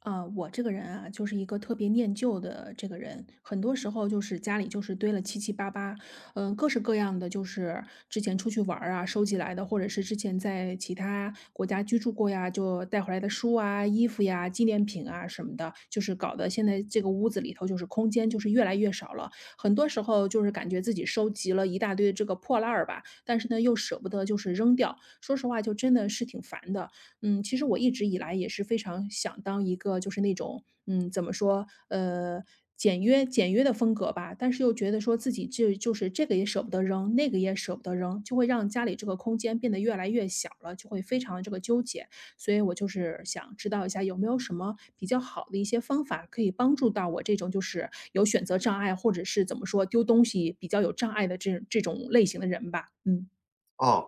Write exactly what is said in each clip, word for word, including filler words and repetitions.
啊，我这个人啊，就是一个特别念旧的这个人，很多时候就是家里就是堆了七七八八，嗯，各式各样的，就是之前出去玩儿啊收集来的，或者是之前在其他国家居住过呀，就带回来的书啊、衣服呀、纪念品啊什么的，就是搞得现在这个屋子里头就是空间就是越来越少了。很多时候就是感觉自己收集了一大堆这个破烂儿吧，但是呢又舍不得就是扔掉，说实话就真的是挺烦的。嗯，其实我一直以来也是非常想当一个就是那种，嗯，怎么说，呃，简约简约的风格吧，但是又觉得说自己这就是这个也舍不得扔，那个也舍不得扔，就会让家里这个空间变得越来越小了，就会非常的这个纠结。所以我就是想知道一下有没有什么比较好的一些方法可以帮助到我这种就是有选择障碍，或者是怎么说丢东西比较有障碍的这这种类型的人吧。嗯。哦，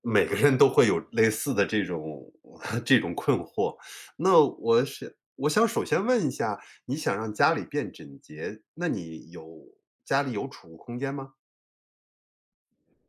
每个人都会有类似的这种 这种困惑。那我是我想首先问一下，你想让家里变整洁，那你有家里有储物空间吗？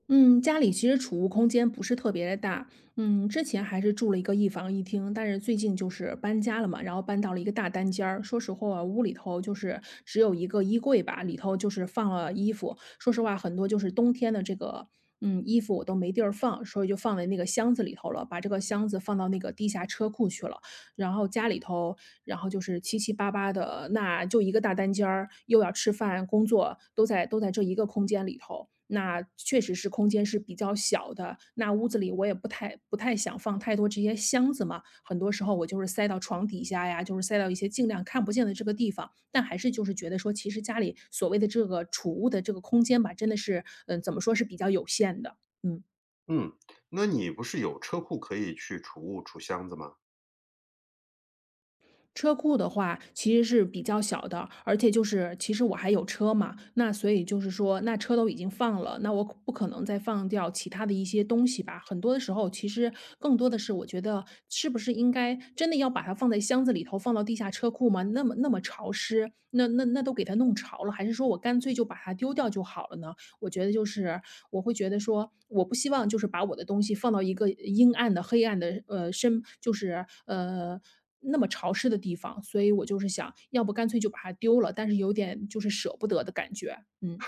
嗯，家里其实储物空间不是特别的大。嗯，之前还是住了一个一房一厅，但是最近就是搬家了嘛，然后搬到了一个大单间儿。说实话，屋里头就是只有一个衣柜吧，里头就是放了衣服。说实话，很多就是冬天的这个。嗯，衣服我都没地儿放，所以就放在那个箱子里头了。把这个箱子放到那个地下车库去了。然后家里头然后就是七七八八的，那就一个大单间儿，又要吃饭、工作，都在都在这一个空间里头。那确实是空间是比较小的，那屋子里我也不太不太想放太多这些箱子嘛，很多时候我就是塞到床底下呀，就是塞到一些尽量看不见的这个地方。但还是就是觉得说，其实家里所谓的这个储物的这个空间吧，真的是，嗯，怎么说是比较有限的，嗯。嗯，那你不是有车库可以去储物、储箱子吗？车库的话其实是比较小的，而且就是其实我还有车嘛，那所以就是说，那车都已经放了，那我可不可能再放掉其他的一些东西吧？很多的时候，其实更多的是我觉得是不是应该真的要把它放在箱子里头，放到地下车库吗？那么那么潮湿，那那那都给它弄潮了，还是说我干脆就把它丢掉就好了呢？我觉得就是我会觉得说，我不希望就是把我的东西放到一个阴暗的、黑暗的，呃，深就是呃那么潮湿的地方，所以我就是想要不干脆就把它丢了，但是有点就是舍不得的感觉，嗯。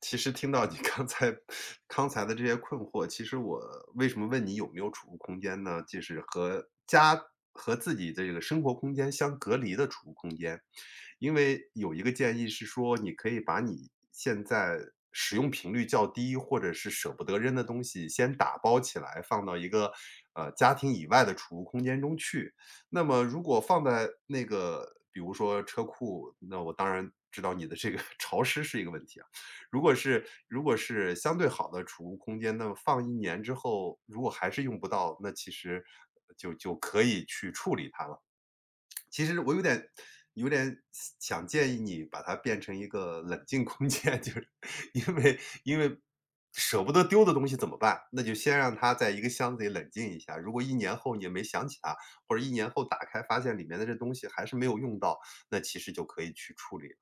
其实听到你 刚才刚才的这些困惑，其实我为什么问你有没有储物空间呢？就是和家和自己的这个生活空间相隔离的储物空间。因为有一个建议是说，你可以把你现在使用频率较低，或者是舍不得扔的东西先打包起来，放到一个，呃，家庭以外的储物空间中去。那么如果放在那个比如说车库，那我当然知道你的这个 潮湿是一个问题啊，如果是如果是相对好的储物空间，那么放一年之后，如果还是用不到，那其实就就可以去处理它了。其实我有点有点想建议你把它变成一个冷静空间，就是因为因为舍不得丢的东西怎么办？那就先让它在一个箱子里冷静一下，如果一年后你也没想起它，或者一年后打开发现里面的这东西还是没有用到，那其实就可以去处理了。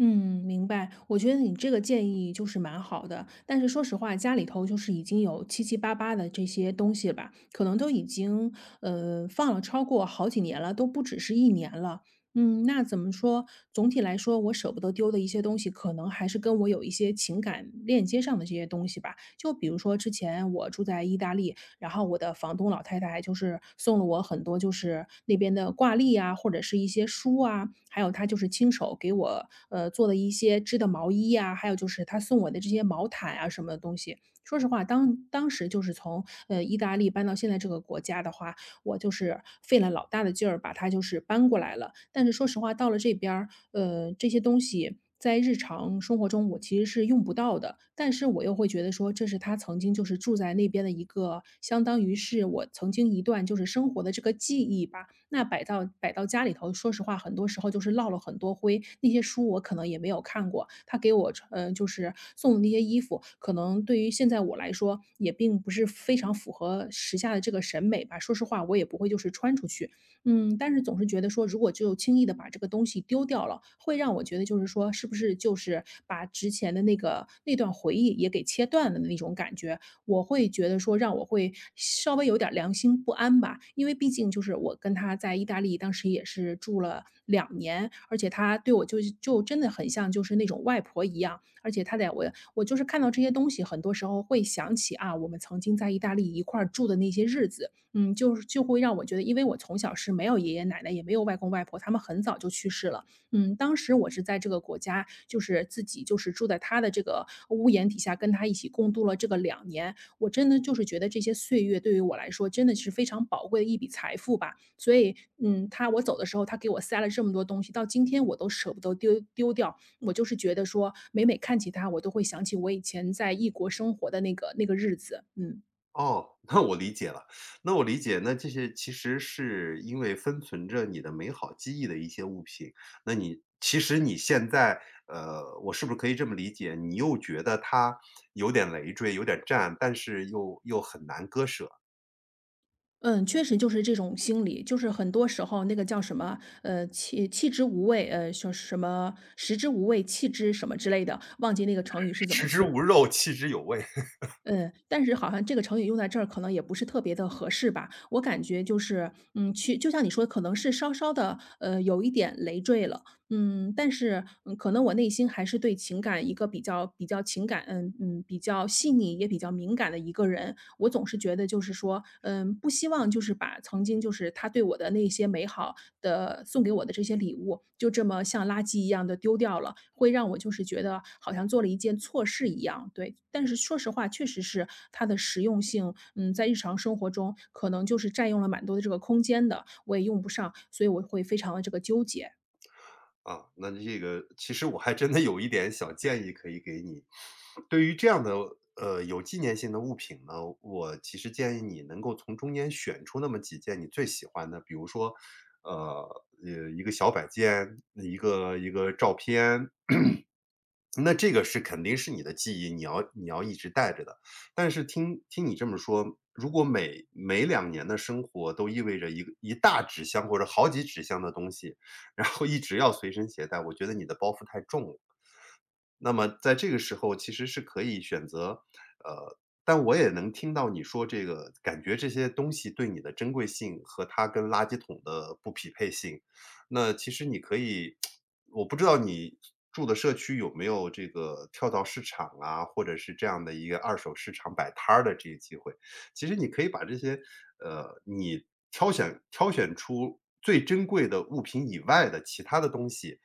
嗯，明白。我觉得你这个建议就是蛮好的，但是说实话，家里头就是已经有七七八八的这些东西了吧，可能都已经呃放了超过好几年了，都不只是一年了。嗯，那怎么说？总体来说，我舍不得丢的一些东西，可能还是跟我有一些情感链接上的这些东西吧。就比如说之前我住在意大利，然后我的房东老太太就是送了我很多就是那边的挂历啊，或者是一些书啊，还有她就是亲手给我，呃，做的一些织的毛衣啊，还有就是她送我的这些毛毯啊什么的东西。说实话，当当时就是从，呃，意大利搬到现在这个国家的话，我就是费了老大的劲儿把它就是搬过来了。但是说实话，到了这边儿，呃，这些东西在日常生活中我其实是用不到的，但是我又会觉得说，这是他曾经就是住在那边的一个，相当于是我曾经一段就是生活的这个记忆吧。那摆到摆到家里头，说实话，很多时候就是落了很多灰。那些书我可能也没有看过，他给我穿呃，就是送的那些衣服，可能对于现在我来说，也并不是非常符合时下的这个审美吧。说实话，我也不会就是穿出去。嗯，但是总是觉得说，如果就轻易的把这个东西丢掉了，会让我觉得就是说，是不是就是把之前的那个那段回忆也给切断了的那种感觉。我会觉得说让我会稍微有点儿良心不安吧。因为毕竟就是我跟他在意大利当时也是住了两年，而且他对我就就真的很像就是那种外婆一样，而且他在我我就是看到这些东西，很多时候会想起啊，我们曾经在意大利一块儿住的那些日子。嗯，就是就会让我觉得因为我从小是没有爷爷奶奶，也没有外公外婆，他们很早就去世了。嗯，当时我是在这个国家，就是自己就是住在他的这个屋檐底下，跟他一起共度了这个两年。我真的就是觉得这些岁月对于我来说真的是非常宝贵的一笔财富吧。所以，嗯，他我走的时候，他给我塞了这么多东西，到今天我都舍不得丢丢掉。我就是觉得说，每每看起他，我都会想起我以前在异国生活的那个那个日子，嗯。哦，那我理解了，那我理解，那这些其实是因为封存着你的美好记忆的一些物品，那你其实你现在，呃，我是不是可以这么理解，你又觉得它有点累赘，有点占，但是又又很难割舍。嗯，确实就是这种心理，就是很多时候那个叫什么，呃，弃弃之无味，呃，说什么食之无味，弃之什么之类的，忘记那个成语是怎么食之说无了。肉，弃之有味。嗯，但是好像这个成语用在这儿可能也不是特别的合适吧。我感觉就是，嗯，去就像你说，可能是稍稍的，呃，有一点累赘了。嗯，但是，嗯，可能我内心还是对情感一个比较比较情感嗯嗯，比较细腻也比较敏感的一个人。我总是觉得就是说，嗯，不希望就是把曾经就是他对我的那些美好的送给我的这些礼物，就这么像垃圾一样的丢掉了，会让我就是觉得好像做了一件错事一样，对。但是说实话，确实是它的实用性，嗯，在日常生活中可能就是占用了蛮多的这个空间的，我也用不上，所以我会非常的这个纠结。啊，那这个其实我还真的有一点小建议可以给你。对于这样的呃有纪念性的物品呢，我其实建议你能够从中间选出那么几件你最喜欢的，比如说，呃呃一个小摆件，一个一个照片，那这个是肯定是你的记忆，你要你要一直带着的。但是听听你这么说，如果每每两年的生活都意味着一个一大纸箱或者好几纸箱的东西，然后一直要随身携带，我觉得你的包袱太重了。那么在这个时候其实是可以选择，呃，但我也能听到你说这个，感觉这些东西对你的珍贵性和它跟垃圾桶的不匹配性。那其实你可以我不知道你住的社区有没有这个跳蚤市场啊，或者是这样的一个二手市场摆摊儿的这个机会。其实你可以把这些，呃，你挑选挑选出最珍贵的物品以外的其他的东西，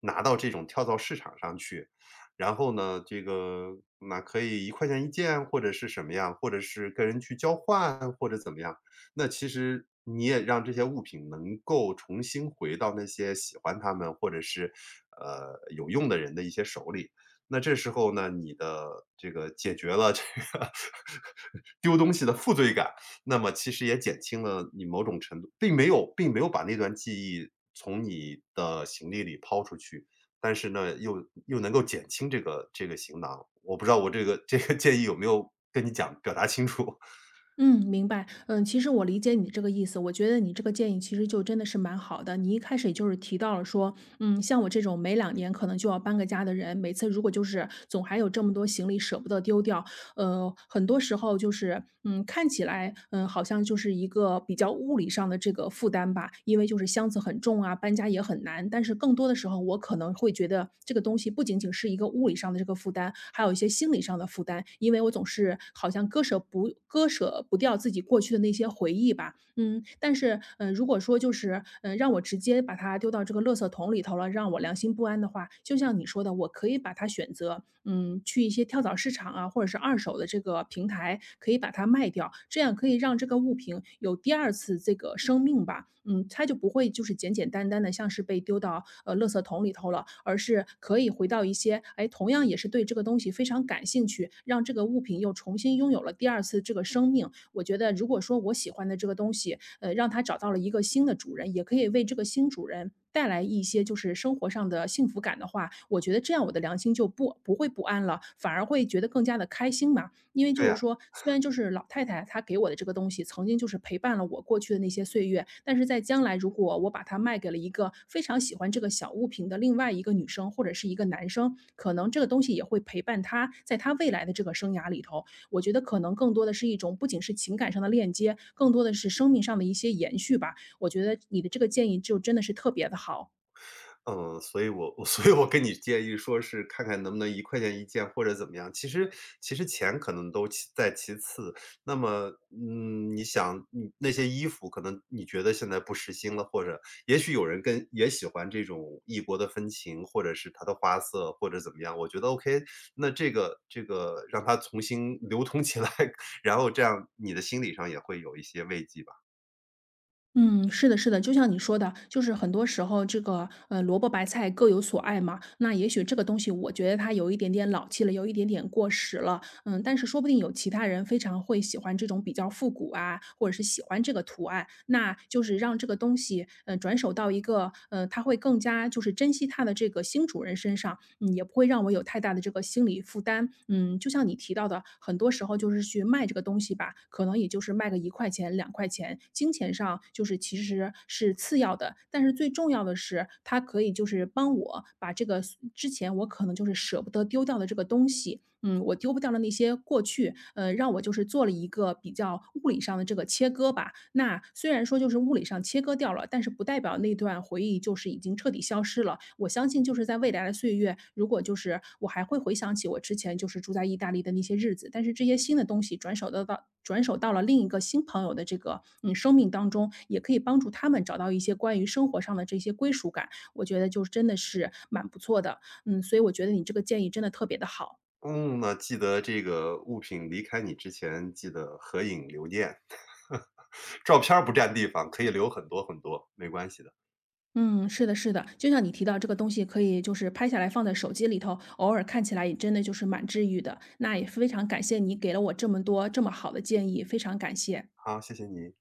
拿到这种跳蚤市场上去。然后呢，这个那可以一块钱一件或者是什么样，或者是跟人去交换或者怎么样。那其实你也让这些物品能够重新回到那些喜欢它们或者是，呃，有用的人的一些手里。那这时候呢，你的这个解决了这个 丢东西的负罪感，那么其实也减轻了你某种程度并没有并没有把那段记忆从你的行李里抛出去，但是呢，又又能够减轻这个这个行囊。我不知道我这个这个建议有没有跟你讲表达清楚？嗯，明白。嗯，其实我理解你这个意思，我觉得你这个建议其实就真的是蛮好的。你一开始也就是提到了说，嗯，像我这种每两年可能就要搬个家的人，每次如果就是总还有这么多行李舍不得丢掉，呃，很多时候就是，嗯，看起来，嗯，好像。像就是一个比较物理上的这个负担吧，因为就是箱子很重啊，搬家也很难。但是更多的时候，我可能会觉得这个东西不仅仅是一个物理上的这个负担，还有一些心理上的负担，因为我总是好像割舍不割舍不掉自己过去的那些回忆吧，嗯，但是，嗯，如果说就是，嗯，让我直接把它丢到这个垃圾桶里头了，让我良心不安的话，就像你说的，我可以把它选择，嗯，去一些跳蚤市场啊，或者是二手的这个平台，可以把它卖掉，这样可以让这个物品有第二次这个生命吧。嗯，它就不会就是简简单单的像是被丢到呃垃圾桶里头了，而是可以回到一些，哎，同样也是对这个东西非常感兴趣，让这个物品又重新拥有了第二次这个生命。我觉得如果说我喜欢的这个东西，呃，让它找到了一个新的主人，也可以为这个新主人带来一些就是生活上的幸福感的话，我觉得这样我的良心就不不会不安了，反而会觉得更加的开心嘛。因为 对就呀。是说，虽然就是老太太她给我的这个东西，曾经就是陪伴了我过去的那些岁月，但是在将来如果我把它卖给了一个非常喜欢这个小物品的另外一个女生或者是一个男生，可能这个东西也会陪伴他在他未来的这个生涯里头。我觉得可能更多的是一种不仅是情感上的链接，更多的是生命上的一些延续吧。我觉得你的这个建议就真的是特别的好。嗯，所以我我 所以我跟你建议说是看看能不能一块钱一件或者怎么样。其实其实钱可能都其在其次，那么，嗯，你想你那些衣服可能你觉得现在不时兴了，或者也许有人跟也喜欢这种异国的风情，或者是它的花色或者怎么样，我觉得 OK，那这个这个让它重新流通起来，然后这样你的心理上也会有一些慰藉吧。嗯，是的，是的，就像你说的，就是很多时候这个呃萝卜白菜各有所爱嘛。那也许这个东西，我觉得它有一点点老气了，有一点点过时了。嗯，但是说不定有其他人非常会喜欢这种比较复古啊，或者是喜欢这个图案，那就是让这个东西，呃，转手到一个，呃，他会更加就是珍惜它的这个新主人身上，嗯，也不会让我有太大的这个心理负担。嗯，就像你提到的，很多时候就是去卖这个东西吧，可能也就是卖个一块钱、两块钱，金钱上就是其实是次要的，但是最重要的是，它可以就是帮我把这个之前我可能就是舍不得丢掉的这个东西，嗯，我丢不掉的那些过去，呃，让我就是做了一个比较物理上的这个切割吧。那虽然说就是物理上切割掉了，但是不代表那段回忆就是已经彻底消失了。我相信就是在未来的岁月，如果就是我还会回想起我之前就是住在意大利的那些日子，但是这些新的东西转手到到转手到了另一个新朋友的这个嗯生命当中，也可以帮助他们找到一些关于生活上的这些归属感。我觉得就是真的是蛮不错的，嗯，所以我觉得你这个建议真的特别的好。嗯，那记得这个物品离开你之前，记得合影留念。照片儿不占地方，可以留很多很多，没关系的。嗯，是的，是的，就像你提到这个东西，可以就是拍下来放在手机里头，偶尔看起来也真的就是蛮治愈的。那也非常感谢你给了我这么多这么好的建议，非常感谢。好，谢谢你。